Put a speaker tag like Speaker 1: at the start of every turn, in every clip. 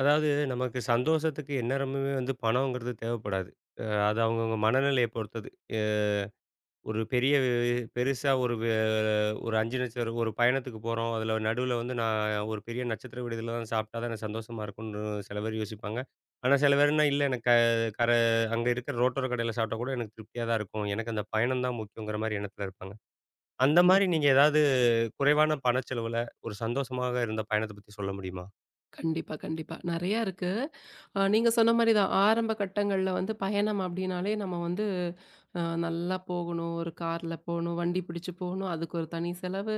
Speaker 1: அதாவது நமக்கு சந்தோஷத்துக்கு எந்நேரமுமே வந்து பணம்ங்கிறது தேவைப்படாது. அது அவங்கவங்க மனநிலைய பொறுத்தது. எ ஒரு பெரிய வே- பெருசா ஒரு வே ஒரு 5 நட்சத்திரம் ஒரு பயணத்துக்கு போறோம். அதில நடுவுல வந்து நான் ஒரு பெரிய நட்சத்திர விடுதில தான் சாப்பிட்டா தான் எனக்கு சந்தோஷமா இருக்கும்னு சில பேர் யோசிப்பாங்க. ஆனா சில பேர்னா இல்ல எனக்கு க கர அங்க இருக்கிற ரோட்டோர கடையில சாப்பிட்டா கூட எனக்கு திருப்தியா தான் இருக்கும். எனக்கு அந்த பயணம் தான் முக்கியங்கிற மாரி எண்ணத்தில இருப்பாங்க. அந்த மாரி
Speaker 2: கண்டிப்பா,
Speaker 1: நீங்க ஏதாவது குறைவான பணச்செலவுல ஒரு சந்தோஷமாக இருந்த பயணத்த பத்தி சொல்ல முடியுமா?
Speaker 2: கண்டிப்பா, கண்டிப்பா. நெறையா இருக்கு. நீங்க சொன்ன மாரி தான். ஆரம்ப கட்டங்கள்ல வந்து பயணம் அப்டின்னாலே நம்ம வந்து நல்லா போகணும். ஒரு கார்ல போணும், வண்டி பிடிச்சு போணும். அதுக்கு ஒரு தனி செலவு.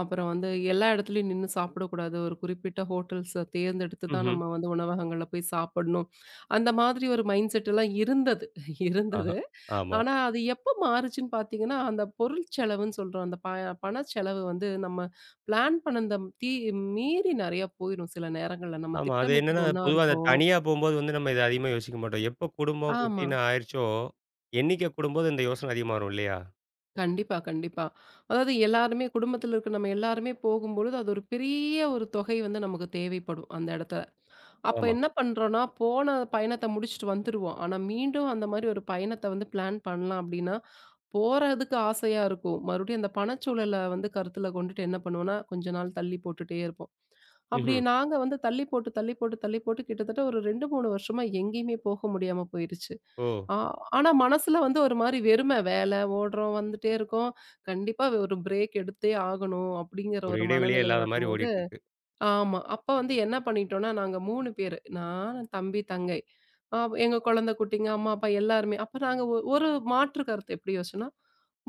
Speaker 2: அப்புறம் வந்து எல்லா இடத்துலயும் நின்னு சாப்பிடக்கூடாது. ஒரு குறிப்பிட்ட ஹோட்டல்ஸ தேர்ந்தெடுத்து தான்
Speaker 1: ம்ஹ்ம்.
Speaker 2: நம்ம வந்து உணவகங்கள்ல போய் சாப்பிடணும். அந்த மாதிரி ஒரு மைண்ட் செட் எல்லாம் இருந்தது
Speaker 1: ஆஹா.
Speaker 2: இருந்தது.
Speaker 1: ஆமா.
Speaker 2: ஆனா அது எப்போ மாறுச்சுன்னு பார்த்தீங்கன்னா, அந்த பொருள் செலவுன்னு சொல்றோம். அந்த பண செலவு வந்து நம்ம பிளான் பண்ணத தீ மீறி நெறைய போயிரும் சில நேரங்கள்ல. நம்ம
Speaker 1: ஆமா. அது என்னன்னா,
Speaker 2: திட்டமிட்டது ஒண்ணா
Speaker 1: பொதுவா அந்த
Speaker 2: இருக்கும்.
Speaker 1: தனியா போம்போது வந்து நம்ம இத அதிகமா யோசிக்க மாட்டோம். எப்போ குடும்பம்,
Speaker 2: ஆமா.
Speaker 1: குட்டின்னு ஆயிருச்சோ, எண்ணிக்கை கூடும்போது இந்த யோசனை அதிகமா வரும் இல்லையா?
Speaker 2: கண்டிப்பா, கண்டிப்பா. அதாவது எல்லாருமே குடும்பத்துல இருக்க நம்ம எல்லாருமே போகும்பொழுது, அது ஒரு பெரிய ஒரு தொகை வந்து நமக்கு தேவைப்படும் அந்த இடத்துல. அப்ப
Speaker 1: ஆமா.
Speaker 2: என்ன பண்றோம்னா, போன பயணத்த முடிச்சுட்டு வந்துருவோம். ஆனா மீண்டும் அந்த மாரி ஒரு பயணத்த வந்து பிளான் பண்ணலாம் அப்டின்னா, போறதுக்கு ஆசையா இருக்கும். மறுபடியும் அந்த பணச்சூழல வந்து கருத்துல கொண்டுட்டு என்ன பண்ணுவோம்னா, கொஞ்ச நாள் தள்ளி போட்டுட்டே இருப்போம். அப்படி
Speaker 1: ம்ஹ்ம்.
Speaker 2: நாங்க வந்து தள்ளி போட்டு, தள்ளி போட்டு, தள்ளி போட்டு கிட்டத்தட்ட ஒரு 2, 3 வருஷமா எங்கேயுமே போக முடியாம போயிருச்சு.
Speaker 1: ஓ!
Speaker 2: ஆ ஆனா மனசுல வந்து ஒரு மாரி வெறும. வேல, ஓடுறோம், வந்துட்டே இருக்கோம். கண்டிப்பா ஒரு பிரேக் எடுத்தே ஆகணும் அப்படிங்கிற
Speaker 1: ஒரு
Speaker 2: ஒரு
Speaker 1: இடைவெளியே
Speaker 2: மனநிலை
Speaker 1: இல்லாத மாரி
Speaker 2: வரும்போது
Speaker 1: ஓடிட்டுருக்கு.
Speaker 2: ஆமா. அப்ப வந்து என்ன பண்ணிட்டோம்னா, நாங்க 3 பேரு. நான், தம்பி, தங்கை. அ எங்க குழந்தை குட்டிங்க, அம்மா, அப்பா எல்லாருமே. அப்ப நாங்க ஒரு மாற்று கருத்து எப்படி யோசிச்சோம்னா,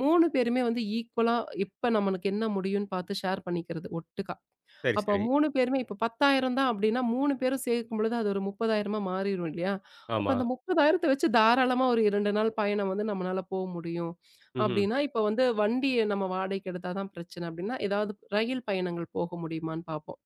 Speaker 2: 3 பேருமே வந்து ஈக்குவலா இப்ப நம்மளுக்கு என்ன முடியும்னு பார்த்து ஷேர் பண்ணிக்கிறது ஒட்டுக்கா.
Speaker 1: சரி,
Speaker 2: அப்போ
Speaker 1: சரி.
Speaker 2: 3 பேருமே இப்போ 10,000 தான் அப்படின்னா 3 பேரும் சேர்க்கும் பொழுது அது ஒரு 30,000 மாறிரும் இல்லையா? அப்ப
Speaker 1: ஆமா.
Speaker 2: அந்த 30,000 வச்சு தாராளமா ஒரு 2 நாள் பயணம் வந்து நம்மனால போ முடியும்.
Speaker 1: ம்ஹ்ம்.
Speaker 2: அப்படின்னா, இப்ப வந்து வண்டிய நம்ம வாடகைக்கு எடுத்தா தான் பிரச்சனை அப்படின்னா, ஏதாவது ரயில் பயணங்கள் போக முடியுமான்னு பார்ப்போம்.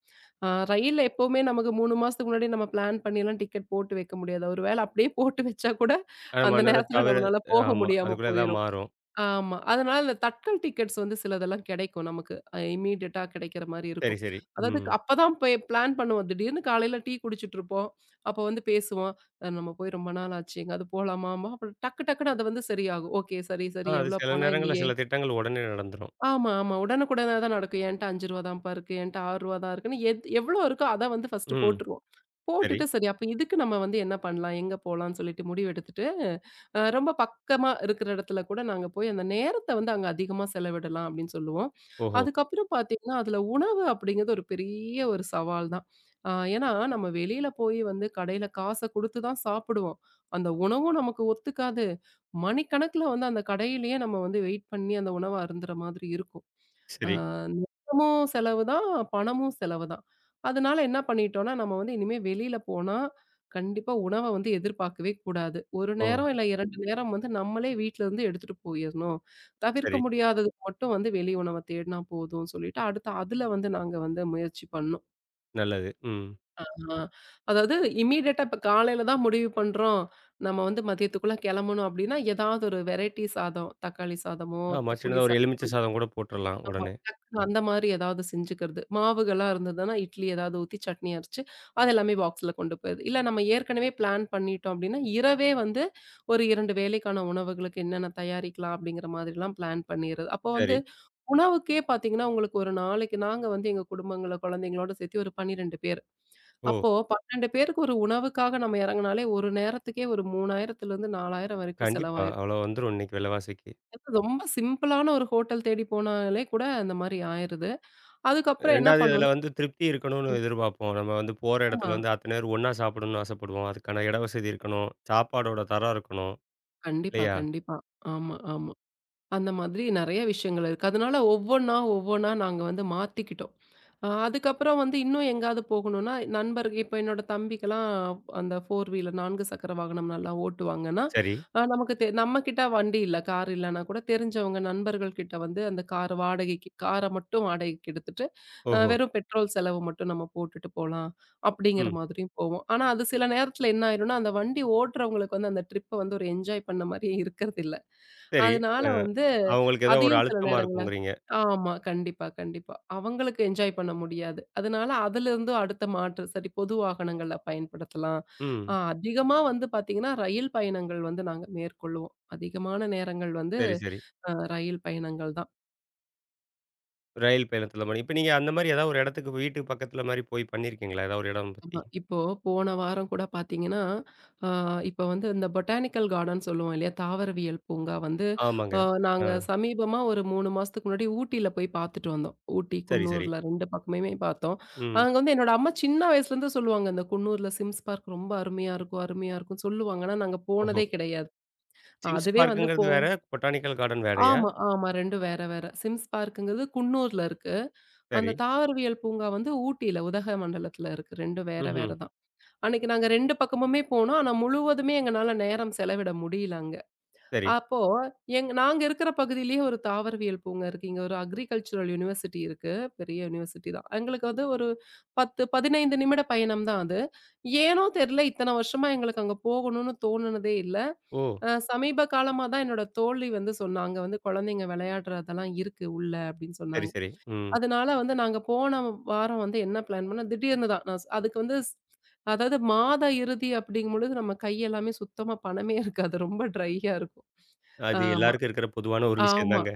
Speaker 2: ரயில்ல எப்பவுமே நமக்கு 3 மாசத்துக்கு முன்னாடி நம்ம பிளான் பண்ணிலாம் டிக்கெட் போட்டு வைக்க முடியாது. ஒரு வேளை அப்படியே போட்டு வச்சா கூட
Speaker 1: ஆமா,
Speaker 2: அந்த
Speaker 1: நேரம்
Speaker 2: நேரத்துல
Speaker 1: தவிர
Speaker 2: நம்மனால போக
Speaker 1: ஆமா.
Speaker 2: முடியாம
Speaker 1: அதுக்குள்ள ஏதாவது
Speaker 2: போயிரும்.
Speaker 1: மாறும்.
Speaker 2: ஆமா. அதனால இந்த தட்கல் டிக்கெட்ஸ் வந்து சிலதெல்லாம் கிடைக்கும் நமக்கு. இம்மீடியட்டா கிடைக்கிற மாரி
Speaker 1: சரி,
Speaker 2: இருக்கும்.
Speaker 1: சரி.
Speaker 2: அதாவது
Speaker 1: ம்.
Speaker 2: அப்பதான் போய் பிளான் பண்ணுவோம். திடீர்னு காலையில டீ குடிச்சிட்டு இருப்போம். அப்போ வந்து பேசுவோம். நம்ம போய் ரொம்ப நாள் ஆச்சு. எங்கேயாவது போலாமாம்பா. அப்புறம் டக்கு டக்குன்னு அது வந்து சரியாகும். ஓகே. சரி,
Speaker 1: ஆ,
Speaker 2: சரி.
Speaker 1: அது
Speaker 2: எவ்வளோ
Speaker 1: சில
Speaker 2: பணம்
Speaker 1: நேரங்கள்ல
Speaker 2: இல்லையே!
Speaker 1: சில திட்டங்கள் உடனே நடந்துரும்.
Speaker 2: ஆமா, ஆமா. உடனுக்குடனே தான் நடக்கும். என்ட்ட ரூ. 5 தான்ப்பா இருக்கு. என்ட்ட ரூ. 6 தான் இருக்குன்னு எத் எவ்வளோ இருக்கோ அத வந்து ஃபர்ஸ்ட்டு
Speaker 1: ம்.
Speaker 2: போட்டுருவோம்.
Speaker 1: சரி.
Speaker 2: போட்டுட்டு சரி அப்ப இதுக்கு நம்ம வந்து என்ன பண்ணலாம்? எங்க போலான்னு சொல்லிட்டு முடிவெடுத்துட்டு, ரொம்ப பக்கமா இருக்கிற இடத்துல கூட நாங்க போய் அந்த நேரத்த வந்து அங்க அதிகமா செலவிடலாம் அப்படின்னு சொல்லுவோம்.
Speaker 1: ஓஹோ!
Speaker 2: அதுக்கப்புறம் பார்த்தீங்கன்னா, அதுல உணவு அப்படிங்கிறது ஒரு பெரிய ஒரு சவால் தான். ஏன்னா நம்ம வெளியில போய் வந்து கடையில காச குடுத்து தான் சாப்பிடுவோம். அந்த உணவும் நமக்கு ஒத்துக்காது. மணிக்கணக்குல வந்து அந்த கடையிலேயே நம்ம வந்து வெயிட் பண்ணி அந்த உணவ அருந்துற மாதிரி இருக்கும். அ
Speaker 1: சரி.
Speaker 2: நேரமும் செலவு தான், பணமும் செலவு தான். அதனால என்ன பண்ணிட்டோம்னா, நம்ம வந்து இனிமே வெளியில போனா, கண்டிப்பா உணவ வந்து எதிர்பார்க்கவே கூடாது. 1
Speaker 1: ஓ!
Speaker 2: நேரம் இல்ல 2 நேரம் வந்து நம்மளே வீட்லருந்து எடுத்துட்டு போயிரணும். தவிர்க்க
Speaker 1: சரி.
Speaker 2: முடியாததுக்கு மட்டும் வந்து வெளி உணவ தேடினா போதும்னு சொல்லிட்டு, அடுத்து அதுல வந்து நாங்க வந்து முயற்சி பண்ணோம்.
Speaker 1: நல்லது. ம்.
Speaker 2: ஆமா. அதாவது இம்மீடியட்டா இப்ப காலையில தான் முடிவு பண்றோம். நம்ம வந்து மதியத்துக்குள்ள கெளம்பணும் அப்டின்னா, ஏதாவது ஒரு வெரைட்டி சாதம், தக்காளி சாதமோ,
Speaker 1: ஆமா.
Speaker 2: புளி
Speaker 1: சின்னதா ஒரு
Speaker 2: சாதமோ
Speaker 1: எலுமிச்சை சாதம் கூட போட்டுறலாம்
Speaker 2: அந்த ஆமா.
Speaker 1: உடனே.
Speaker 2: டக்குனு அந்த மாரி ஏதாவது செஞ்சுக்கிறது. மாவுகள்லாம் இருந்ததுன்னா, இட்லி ஏதாவது ஊத்தி சட்னி அரைச்சு, அது எல்லாமே பாக்ஸ்ல கொண்டு போயிருது. இல்ல நம்ம ஏற்கனவே பிளான் பண்ணிட்டோம் அப்டின்னா, இரவே வந்து ஒரு 2 வேளைக்கான உணவுகளுக்கு என்னென்ன தயாரிக்கலாம் அப்டிங்கிற மாதிரிலாம் பிளான் பண்ணிறது. அப்போ
Speaker 1: சரி.
Speaker 2: வந்து உணவுக்கே பார்த்தீங்கன்னா, உங்களுக்கு ஒரு நாளைக்கு நாங்க வந்து எங்க குடும்பங்கள, குழந்தைங்களோட சேர்த்து ஒரு 12 பேர்.
Speaker 1: ஓ!
Speaker 2: அப்போ 12 பேருக்கு ஒரு உணவுக்காக நம்ம இறங்குனாலே, ஒரு நேரத்துக்கே ஒரு 3,000த்துலருந்து 4,000 வரைக்கும்
Speaker 1: கண்டிப்பா.
Speaker 2: செலவாயிரும்.
Speaker 1: அவ்வளோ வந்துரும் இன்னைக்கு விலைவாசிக்கு.
Speaker 2: அது ரொம்ப சிம்பிளான ஒரு ஹோட்டல் தேடி போனாலே கூட அந்த மாரி ஆயிருது. அதுக்கப்புறம் என்ன
Speaker 1: 2வது இதுல
Speaker 2: பண்ணணும்
Speaker 1: வந்து திருப்தி இருக்கணும்னு எதிர்பார்ப்போம். நம்ம வந்து போற
Speaker 2: ஆமா.
Speaker 1: இடத்துல வந்து அத்தன பேர் ஒண்ணா சாப்பிடணும்னு ஆசைப்படுவோம். அதுக்கான இட வசதி இருக்கணும். சாப்பாடோட தரம் இருக்கணும்.
Speaker 2: கண்டிப்பா,
Speaker 1: இல்லையா?
Speaker 2: கண்டிப்பா. ஆமா, ஆமா. அந்த மாதிரி நெறைய விஷயங்கள் இருக்கு. அதனால ஒவ்வொன்னா, ஒவ்வொன்னா நாங்க வந்து மாத்திக்கிட்டோம். அதுக்கப்புறம் வந்து இன்னும் எங்கேயாவது போகணும்னா, நண்பர் இப்ப என்னோட தம்பிக்கெல்லாம் அந்த 4 வீலர் 4 சக்கர வாகனம் நல்லா ஓட்டுவாங்கன்னா,
Speaker 1: சரி.
Speaker 2: நமக்கு தெ நம்மகிட்ட வண்டி இல்ல, கார் இல்லன்னா கூட தெரிஞ்சவங்க நண்பர்கள் கிட்ட வந்து அந்த கார் வாடகைக்கு கார மட்டும் வாடகைக்கு எடுத்துட்டு,
Speaker 1: ஓஹோ!
Speaker 2: வெறும் பெட்ரோல் செலவு மட்டும் நம்ம போட்டுட்டு போலாம், அப்படிங்கிற
Speaker 1: ம்.
Speaker 2: மாதிரியும் போவோம். ஆனா, அது சில நேரத்துல என்ன ஆயிரும்னா, அந்த வண்டி ஓட்டுறவங்களுக்கு வந்து அந்த ட்ரிப்ப வந்து ஒரு என்ஜாய் பண்ண மாரியே இருக்கறதில்ல.
Speaker 1: சரி.
Speaker 2: அதனால
Speaker 1: அ
Speaker 2: வந்து
Speaker 1: அவங்களுக்கு ஏதோ ஒரு
Speaker 2: அதையும் சில
Speaker 1: அழுத்தமா
Speaker 2: நேரங்கள்ல
Speaker 1: இருக்குங்கிறீங்க.
Speaker 2: ஆமா. கண்டிப்பா, கண்டிப்பா. அவங்களுக்கு என்ஜாய் பண்ண முடியாது. அதனால அதிலிருந்து அடுத்த மாற்று, சரி பொது வாகனங்கள பயன்படுத்தலாம்.
Speaker 1: ம்.
Speaker 2: அதிகமா வந்து பார்த்தீங்கன்னா, ரயில் பயணங்கள் வந்து நாங்க மேற்கொள்ளுவோம். அதிகமான நேரங்கள் வந்து
Speaker 1: சரி, சரி.
Speaker 2: ரயில் பயணங்கள் தான்.
Speaker 1: ரயில் பயணத்துல மாரி. இப்ப நீங்க அந்த மாரி ஏதாவது ஒரு இடத்துக்கு வீட்டுக்கு பக்கத்துல மாரி போய் பண்ணியிருக்கீங்களா? ஏதாவது ஒரு இடம் பத்தி?
Speaker 2: ஆமா. இப்போ போன வாரம் கூட பார்த்தீங்கன்னா, அ இப்ப வந்து இந்த பொட்டானிக்கல் கார்டன் சொல்லுவோம் இல்லையா? தாவரவியல் பூங்கா வந்து
Speaker 1: ஆமாங்க.
Speaker 2: அ
Speaker 1: ஆ.
Speaker 2: நாங்க சமீபமா ஒரு 3 மாசத்துக்கு முன்னாடி ஊட்டியில போய் பார்த்துட்டு வந்தோம். ஊட்டி,
Speaker 1: சரி, சரி.
Speaker 2: குன்னூர்ல 2 பக்கமுமே பார்த்தோம்.
Speaker 1: ம்.
Speaker 2: அங்க வந்து என்னோட அம்மா சின்ன வயசுலேருந்து சொல்லுவாங்க, "இந்த குன்னூர்ல சிம்ஸ் பார்க் ரொம்ப அருமையா இருக்கும், அருமையா இருக்கும்னு" சொல்லுவாங்க. ஆனா நாங்க
Speaker 1: ஓஹோ!
Speaker 2: போனதே கிடையாது.
Speaker 1: சிம்ஸ்
Speaker 2: அதுவே வந்து
Speaker 1: பார்க்குங்கிறது வேற, பொட்டானிக்கல் கார்டன் வேறயா?
Speaker 2: ஆமா, ஆமா. 2ம் வேற வேற. சிம்ஸ் பார்க்குங்கிறது குன்னூர்ல இருக்கு. அந்த
Speaker 1: சரி.
Speaker 2: தாவரவியல் பூங்கா வந்து ஊட்டியில, உதகமண்டலத்தில இருக்கு. 2ம் வேற வேற
Speaker 1: ம்ஹ்ம்.
Speaker 2: தான். அன்னைக்கு நாங்க 2 பக்கமுமே போனோம். ஆனா முழுவதுமே எங்கனால நேரம் செலவிட முடியல அங்க.
Speaker 1: சரி.
Speaker 2: அப்போ நாங்க இருக்கிற பகுதியிலேயே ஒரு தாவரவியல் பூங்கா இருக்கு. இங்க ஒரு அக்ரிகல்ச்சுரல் யுனிவர்சிட்டி இருக்கு. பெரிய யூனிவர்சிட்டி தான். எங்களுக்கு வந்து ஒரு 10, 15 நிமிட பயணம் தான் அது. ஏனோ தெரியல இத்தன வருஷமா எங்களுக்கு அங்க போகணும்னு தோணுனதே இல்ல.
Speaker 1: ஓ!
Speaker 2: சமீப காலமா தான் என்னோட தோழி வந்து சொன்னா, "அங்க வந்து குழந்தைங்க விளையாடுறதெல்லாம் இருக்கு உள்ள" அப்படின்னு
Speaker 1: சரி,
Speaker 2: சொன்னாங்க.
Speaker 1: சரி. ம்.
Speaker 2: அதனால வந்து நாங்க போன வாரம் வந்து என்ன பிளான் பண்ணோம், திடீர்னு தான் நான் ஸ்- அதுக்கு வந்து ஸ் அதாவது மாத இறுதி அப்படிங்கும்பொழுது நம்ம கை எல்லாமே சுத்தமா பணமே இருக்காது. ரொம்ப ட்ரையா இருக்கும்.
Speaker 1: அது
Speaker 2: ஆமா,
Speaker 1: எல்லாருக்கும் இருக்கிற பொதுவான ஒரு விஷயம்
Speaker 2: ஆமா.
Speaker 1: தாங்க.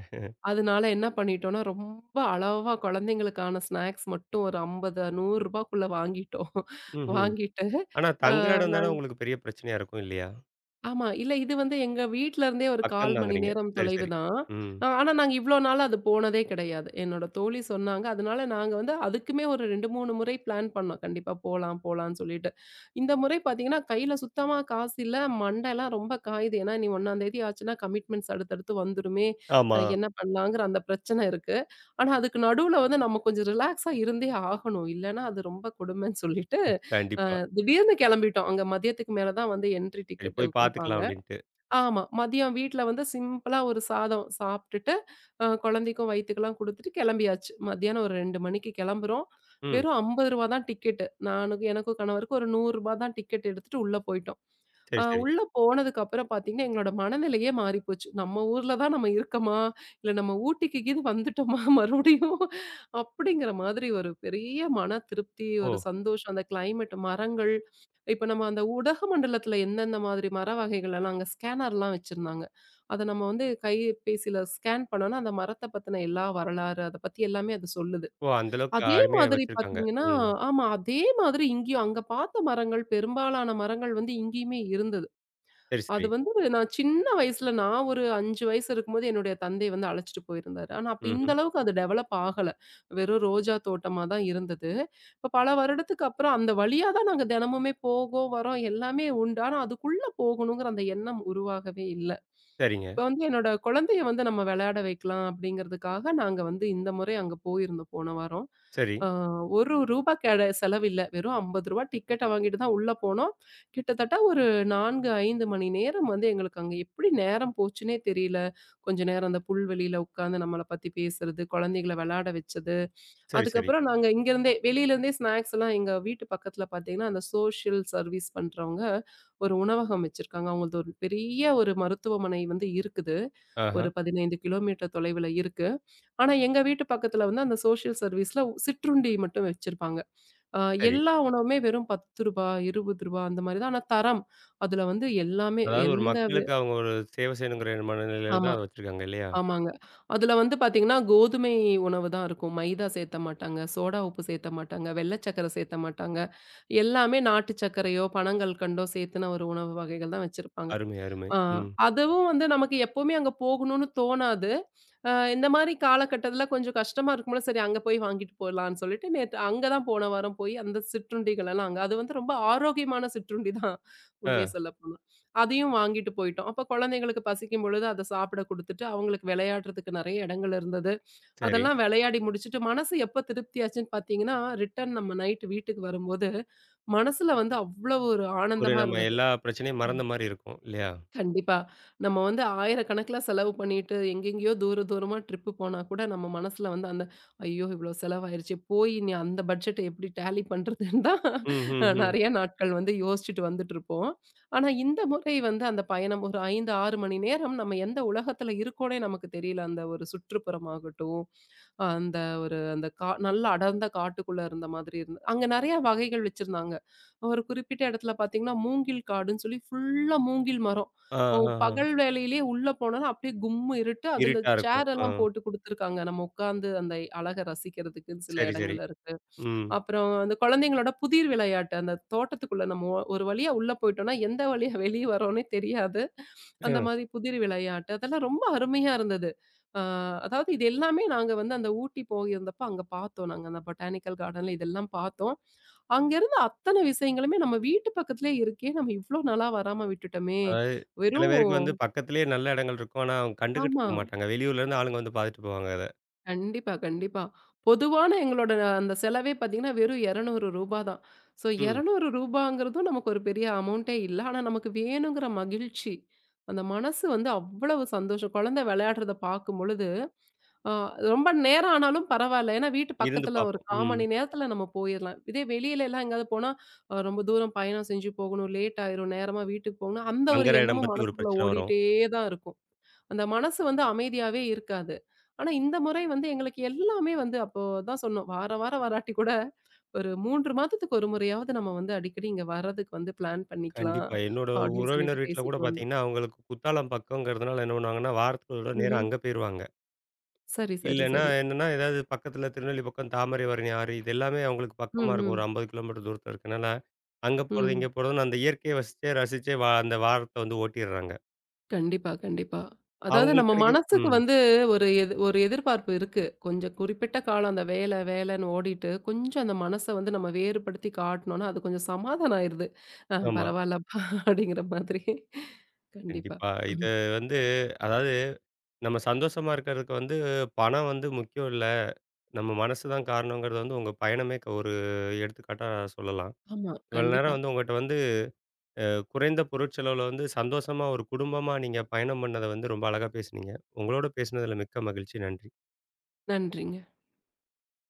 Speaker 2: அதனால என்ன பண்ணிட்டோம்னா, ரொம்ப அளவா குழந்தைங்களுக்கான ஸ்நாக்ஸ் மட்டும் ஒரு ரூ. 50, ரூ. 100க்குள்ள வாங்கிட்டோம்.
Speaker 1: ம்ஹ்ம்.
Speaker 2: வாங்கிட்டு,
Speaker 1: ஆனா
Speaker 2: அ
Speaker 1: தங்குற இடம் தானே உங்களுக்கு பெரிய பிரச்சனையா இருக்கும் இல்லையா?
Speaker 2: ஆமா. இல்ல இது வந்து எங்க வீட்ல இருந்தே ஒரு
Speaker 1: பக்கம்
Speaker 2: 1/4 மணி
Speaker 1: தாங்குறீங்க.
Speaker 2: நேரம்
Speaker 1: சரி,
Speaker 2: தொலைவு
Speaker 1: சரி.
Speaker 2: தான்.
Speaker 1: ம்.
Speaker 2: ஆனா நாங்க இவ்ளோ நாளா அது போனதே கிடையாது. என்னோட தோழி சொன்னாங்க. அதனால நாங்க வந்து அதுக்குமே ஒரு 2, 3 முறை பிளான் பண்ணோம். கண்டிப்பா போலாம், போலான்னு சொல்லிட்டு. இந்த முறை பார்த்தீங்கன்னா, கையில சுத்தமா காசு இல்ல. மண்டைலாம் ரொம்ப காயுது. ஏன்னா இனி 1 ஆச்சுன்னா கமிட்மெண்ட்ஸ் அடுத்தடுத்து வந்துருமே!
Speaker 1: ஆமா.
Speaker 2: என்ன பண்ணலாங்கிற அந்த பிரச்சனை இருக்கு. ஆனா அதுக்கு நடுவுல வந்து நம்ம கொஞ்சம் ரிலாக்ஸா இருந்தே ஆகணும். இல்லன்னா அது ரொம்ப கொடுமைன்னு சொல்லிட்டு,
Speaker 1: கண்டிப்பா.
Speaker 2: திடீர்னு கிளம்பிட்டோம். அங்க மதியத்துக்கு மேல தான் வந்து என்ட்ரி
Speaker 1: சரி
Speaker 2: டிக்கெட்
Speaker 1: போய் பார்த்துக்கலாம்
Speaker 2: குடுப்பாங்க.
Speaker 1: அப்படின்ட்டு.
Speaker 2: ஆமா. மதியம் வீட்ல வந்து சிம்பிளா ஒரு சாதம் சாப்ட்டுட்டு, குழந்தைக்கும் வயித்துக்கெல்லாம் குடுத்துட்டு கிளம்பியாச்சு. மத்தியானம் ஒரு 2 மணிக்கு கிளம்புறோம்.
Speaker 1: ம்.
Speaker 2: வெறும் ரூ. 50 தான் டிக்கெட்டு. நானுக்கு எனக்கும் கணவருக்கும் ஒரு ரூ. 100 தான் டிக்கெட் எடுத்துட்டு உள்ள போயிட்டோம்.
Speaker 1: சரி, சரி.
Speaker 2: உள்ள போனதுக்கு அப்புறம் பார்த்தீங்கன்னா, எங்களோட மனநிலையே மாறிப்போச்சு. நம்ம ஊர்ல தான் நம்ம இருக்கமா? இல்ல நம்ம ஊட்டிக்கு கீது வந்துட்டோமா மறுபடியும்? அப்படிங்கிற மாதிரி ஒரு பெரிய மன திருப்தி,
Speaker 1: ஓ!
Speaker 2: ஒரு சந்தோஷம். அந்த கிளைமேட், மரங்கள் இப்ப நம்ம அந்த உதகமண்டலத்தில எந்தெந்த மாதிரி மர வகைகள்லாம் அங்க ஸ்கேனர்லாம் வச்சிருந்தாங்க. அத நம்ம வந்து கைபேசியில ஸ்கேன் பண்ணோம்னா, அந்த மரத்த பத்தின எல்லா வரலாறு, அத பத்தி எல்லாமே அது சொல்லுது.
Speaker 1: ஓ! அந்த அளவுக்கு
Speaker 2: அதே
Speaker 1: அருமையா
Speaker 2: மாதிரி
Speaker 1: வச்சிருக்காங்க.
Speaker 2: பார்த்தீங்கன்னா
Speaker 1: ம்.
Speaker 2: ஆமா. அதே மாதிரி இங்கேயும் அங்க பார்த்த மரங்கள் பெரும்பாலான மரங்கள் வந்து இங்கேயுமே இருந்தது.
Speaker 1: சரி, சரி.
Speaker 2: அது வந்து நான் சின்ன வயசுல நான் ஒரு 5 வயசு இருக்கும்போது என்னுடைய தந்தை வந்து அழைச்சிட்டு போயிருந்தாரு. ஆனா, அப்ப இந்த
Speaker 1: ம்ஹ்ம்.
Speaker 2: அளவுக்கு அது டெவலப் ஆகல. வெறும் ரோஜா தோட்டமா தான் இருந்தது. இப்ப பல வருடத்துக்கு அப்புறம் அந்த வழியா தான் நாங்க தினமுமே போகோம், வரோம் எல்லாமே உண்டு. ஆனா, அதுக்குள்ள போகணுங்கிற அந்த எண்ணம் உருவாகவே இல்ல.
Speaker 1: சரிங்க.
Speaker 2: இப்ப வந்து என்னோட குழந்தைய வந்து நம்ம விளையாட வைக்கலாம் அப்படிங்கிறதுக்காக நாங்க வந்து இந்த முறை அங்க போயிருந்தோம் போன வாரம்.
Speaker 1: சரி.
Speaker 2: ஆ ஒரு ரூபா கெட செலவில்ல. வெறும் ரூ. 50 டிக்கெட்ட வாங்கிட்டு தான் உள்ள போனோம். கிட்டத்தட்ட ஒரு 4, 5 மணி நேரம் வந்து எங்களுக்கு அங்க எப்படி நேரம் போச்சுன்னே தெரியல. கொஞ்ச நேரம் அந்த புல்வெளியில உட்கார்ந்து நம்மள பத்தி பேசுறது, குழந்தைகள விளையாட வச்சது.
Speaker 1: சரி, சரி.
Speaker 2: அதுக்கப்புறம் நாங்க இங்கருந்தே வெளியிலருந்தே ஸ்நாக்ஸ்லாம் எங்க வீட்டு பக்கத்துல பார்த்தீங்கன்னா, அந்த சோஷியல் சர்வீஸ் பண்றவங்க ஒரு உணவகம் வச்சிருக்காங்க. அவங்களது ஒரு பெரிய ஒரு மருத்துவமனை வந்து இருக்குது.
Speaker 1: ஆஹா.
Speaker 2: ஒரு 15 கிலோமீட்டர் தொலைவுல இருக்கு. ஆனா எங்க வீட்டு பக்கத்துல வந்து அந்த சோஷியல் சர்வீஸ்ல சிற்றுண்டி மட்டும் வச்சிருப்பாங்க. அ
Speaker 1: சரி.
Speaker 2: எல்லா உணவுமே வெறும் ரூ. 10, ரூ. 20 அந்த மாரி தான். ஆனா தரம். அதுல வந்து எல்லாமே
Speaker 1: அதாவது ஒரு
Speaker 2: எந்த
Speaker 1: மக்களுக்கு அவங்க ஒரு சேவை செய்யணுங்கிற மனநிலையில தான்
Speaker 2: ஆமா.
Speaker 1: அத வச்சிருக்காங்க இல்லையா?
Speaker 2: ஆமாங்க. அதுல வந்து பாத்தீங்கன்னா, கோதுமை உணவு தான் இருக்கும். மைதா சேத்த மாட்டாங்க. சோடா உப்பு சேத்த மாட்டாங்க. வெள்ள சக்கர சேத்த மாட்டாங்க. எல்லாமே நாட்டு சர்க்கரையோ, பனங்கல்கண்டோ சேத்துன ஒரு உணவு வகைகள் தான் வச்சிருப்பாங்க.
Speaker 1: அருமை, அருமை.
Speaker 2: ஆ
Speaker 1: ம்.
Speaker 2: அதுவும் வந்து நமக்கு எப்பவுமே அங்க போகணும்னு தோணாது. இந்த மாரி காலகட்டத்துல கொஞ்சம் கஷ்டமா இருக்கும்போது, சரி அங்க போய் வாங்கிட்டு போலான்னு சொல்லிட்டு நேத்து அங்க தான் போன வாரம் போய் அந்த சிற்றுண்டிகள் எல்லாம் அங்க அது வந்து ரொம்ப ஆரோக்கியமான சிற்றுண்டி தான்
Speaker 1: ஆ.
Speaker 2: உண்மைய சொல்லப் போனா. அதையும் வாங்கிட்டு போயிட்டோம். அப்ப குழந்தைங்களுக்கு பசிக்கும் பொழுது அத சாப்பிட குடுத்துட்டு, அவங்களுக்கு விளையாடுறதுக்கு நெறைய இடங்கள் இருந்தது.
Speaker 1: சரி.
Speaker 2: அதெல்லாம் விளையாடி முடிச்சுட்டு, மனசு எப்ப திருப்தியாச்சுன்னு பார்த்தீங்கன்னா, ரிட்டர்ன் நம்ம நைட் வீட்டுக்கு வரும்போது, மனசுல வந்து அவ்வளவு ஒரு
Speaker 1: ஒரு
Speaker 2: ஆனந்தமா
Speaker 1: நம்ம
Speaker 2: இருந்தது.
Speaker 1: எல்லா பிரச்சனையும் மறந்த மாரி இருக்கும் இல்லையா?
Speaker 2: கண்டிப்பா. நம்ம வந்து ஆயிரக்கணக்குல செலவு பண்ணிட்டு, எங்கெங்கேயோ தூர தூரமா ட்ரிப் போனா கூட, நம்ம மனசுல வந்து அந்த, "ஐயோ! இவ்ளோ செலவாயிருச்சே. போய் இனி அந்த பட்ஜெட்ட எப்படி டேலி பண்றதுன்னு" தான்
Speaker 1: ம், ம், ம்.
Speaker 2: நெறைய நாட்கள் வந்து யோசிச்சுட்டு வந்துட்டுருப்போம். ஆனா, இந்த முறை வந்து அந்த பயணம் ஒரு 5, 6 மணி நேரம் நம்ம எந்த உலகத்துல இருக்கோன்னே நமக்கு தெரியல. அந்த ஒரு சுற்றுப்புறமாகட்டும், அந்த ஒரு அந்த நல்ல அடர்ந்த காட்டுக்குள்ள இருந்த மாதிரி இருந்தது. அங்க நெறைய வகைகள் வச்சிருந்தாங்க. ஒரு குறிப்பிட்ட இடத்துல பாத்தீங்கன்னா, மூங்கில் காடுன்னு சொல்லி ஃபுல்லா மூங்கில் மரம்.
Speaker 1: ஆ,
Speaker 2: ஓ!
Speaker 1: ஆ, ஆ.
Speaker 2: பகல் வேளையிலேயே உள்ள போனோனா, அப்படியே கும்மு இருட்டு. அதுல
Speaker 1: இருட்டா இருக்கும்.
Speaker 2: சேர்
Speaker 1: ஆ.
Speaker 2: எல்லாம் போட்டு குடுத்துருக்காங்க. நம்ம உட்கார்ந்து அந்த அழக ரசிக்கிறதுக்குன்னு சில
Speaker 1: சரி, சரி.
Speaker 2: இடங்கள் இருக்கு.
Speaker 1: ம்.
Speaker 2: அப்புறம் அந்த குழந்தைங்களோட புதிர் விளையாட்டு. அந்த தோட்டத்துக்குள்ள நம்ம ஒரு வழியா உள்ள போயிட்டோம்னா, எந்த வழியா வெளிய வரோன்னே தெரியாது. அந்த
Speaker 1: அ
Speaker 2: மாதிரி புதிர் விளையாட்டு, அதெல்லாம் ரொம்ப அருமையா இருந்தது. அ அதாவது இது எல்லாமே நாங்க வந்து அந்த ஊட்டி போயிருந்தப்ப அங்க பார்த்தோம். நாங்க அந்த பொட்டானிக்கல் கார்டன்ல இதெல்லாம் பார்த்தோம். அங்க இருந்த அத்தன விஷயங்களுமே நம்ம வீட்டு பக்கத்திலயே இருக்கே! நம்ம இவ்ளோ நாளா வராம விட்டுட்டோமே!
Speaker 1: அதாவது சில
Speaker 2: வெறும்
Speaker 1: பேருக்கு வந்து பக்கத்திலேயே நல்ல இடங்கள் இருக்கும். ஆனா அவங்க கண்டுக்கிட்டு
Speaker 2: ஆமா.
Speaker 1: இருக்க மாட்டாங்க. வெளியூர்லேருந்து ஆளுங்க வந்து பார்த்துட்டு போவாங்க அத.
Speaker 2: கண்டிப்பா, கண்டிப்பா. பொதுவான எங்களோட அந்த செலவே பார்த்தீங்கன்னா, வெறும் ரூ. 200 தான். ஸோ
Speaker 1: ம்.
Speaker 2: ரூ. 200ங்கிறதும் நமக்கு ஒரு பெரிய அமௌண்டே இல்ல. ஆனா, நமக்கு வேணுங்கிற மகிழ்ச்சி, அந்த மனசு வந்து அவ்வளவு சந்தோஷம். குழந்தை விளையாடுறத பார்க்கும் பொழுது, அ ரொம்ப நேரம் ஆனாலும் பரவால்ல. ஏன்னா, வீட்டு
Speaker 1: இருந்து
Speaker 2: பக்கத்துல ஒரு
Speaker 1: பார்ப்போம்.
Speaker 2: 1/4
Speaker 1: ம்.
Speaker 2: மணி நேரத்துல நம்ம போயிரலாம். இதே வெளியிலலாம் எங்கேயாவது போனா, ரொம்ப தூரம் பயணம் செஞ்சு போகணும், லேட் ஆயிரும், நேரமா வீட்டுக்கு போகணும், அந்த ஒரு
Speaker 1: தங்குற இடம்
Speaker 2: எண்ணமும்
Speaker 1: பத்தி ஒரு
Speaker 2: மனசுக்குள்ள
Speaker 1: பிரச்சனை வரும்.
Speaker 2: ஓடிட்டே தான் இருக்கும். அந்த மனசு வந்து அமைதியாவே இருக்காது. ஆனா, இந்த முறை வந்து எங்களுக்கு எல்லாமே வந்து அப்போ தான் சொன்னோம். வாரம் வாரம் வராட்டி கூட ஒரு 3 மாதத்துக்கு ஒரு முறையாவது நம்ம வந்து அடிக்கடி இங்க வர்றதுக்கு வந்து பிளான் பண்ணிக்கலாம்
Speaker 1: கண்டிப்பா. என்னோட
Speaker 2: அப்படின்னு சொல்லிட்டு
Speaker 1: உறவினர் வீட்ல கூட
Speaker 2: பேசிட்டு வந்தோம்.
Speaker 1: பார்த்தீங்கன்னா, அவங்களுக்கு குத்தாலம் பக்கம்ங்கிறதுனால என்ன பண்ணுவாங்கன்னா, வாரத்துக்கு ஒரு தடவ நேரா
Speaker 2: ம்ஹ்ம்.
Speaker 1: அங்க போயிருவாங்க.
Speaker 2: சரி, சரி,
Speaker 1: இல்லன்னா
Speaker 2: சரி.
Speaker 1: என்னன்னா, ஏதாவது பக்கத்தில திருநெல்வேலி பக்கம் தாமரைபரணி ஆறு இது எல்லாமே அவங்களுக்கு
Speaker 2: ம்,
Speaker 1: பக்கமா இருக்கும்.
Speaker 2: ம்,
Speaker 1: ஒரு 50 கிலோமீட்டர் தூரத்தில இருக்கனால, அங்க போறது,
Speaker 2: ம்.
Speaker 1: இங்க போறதுன்னு அந்த இயற்கையை வசிச்சே, ரசிச்சே வா அந்த வாரத்த வந்து ஓட்டிர்றாங்க.
Speaker 2: கண்டிப்பா, கண்டிப்பா. அதாவது
Speaker 1: அவங்களுக்கு
Speaker 2: நம்ம
Speaker 1: கிடைக்குது.
Speaker 2: மனசுக்கு
Speaker 1: ம்.
Speaker 2: வந்து ஒரு எதிர்பார்ப்பு இருக்கு. கொஞ்சம் குறிப்பிட்ட காலம் அந்த வேலை வேலைன்னு ஓடிட்டு, கொஞ்சம் அந்த மனச வந்து நம்ம வேறுபடுத்தி காட்டனோம்னா, அது கொஞ்சம் சமாதானம் ஆயிருது.
Speaker 1: ஆமா.
Speaker 2: பரவாயில்லப்பா அப்படிங்கிற மாதிரி. கண்டிப்பா.
Speaker 1: கண்டிப்பா. இது
Speaker 2: ம்.
Speaker 1: வந்து அதாவது நம்ம சந்தோஷமா இருக்கிறதுக்கு வந்து பணம் வந்து முக்கியம் இல்ல. நம்ம மனசு தான் காரணங்கிறது வந்து உங்க பயணமே க ஒரு எடுத்துக்காட்டா சொல்லலாம்.
Speaker 2: ஆமா,
Speaker 1: இவ்வளோ நேரம்
Speaker 2: கண்டிப்பா.
Speaker 1: வந்து உங்கட்ட வந்து அ குறைந்த பொருட்செலவுல வந்து சந்தோஷமா ஒரு குடும்பமா நீங்க பயணம் பண்ணத வந்து ரொம்ப அழகா பேசுனீங்க. உங்களோட பேசினதில மிக்க மகிழ்ச்சி. நன்றி.
Speaker 2: நன்றிங்க.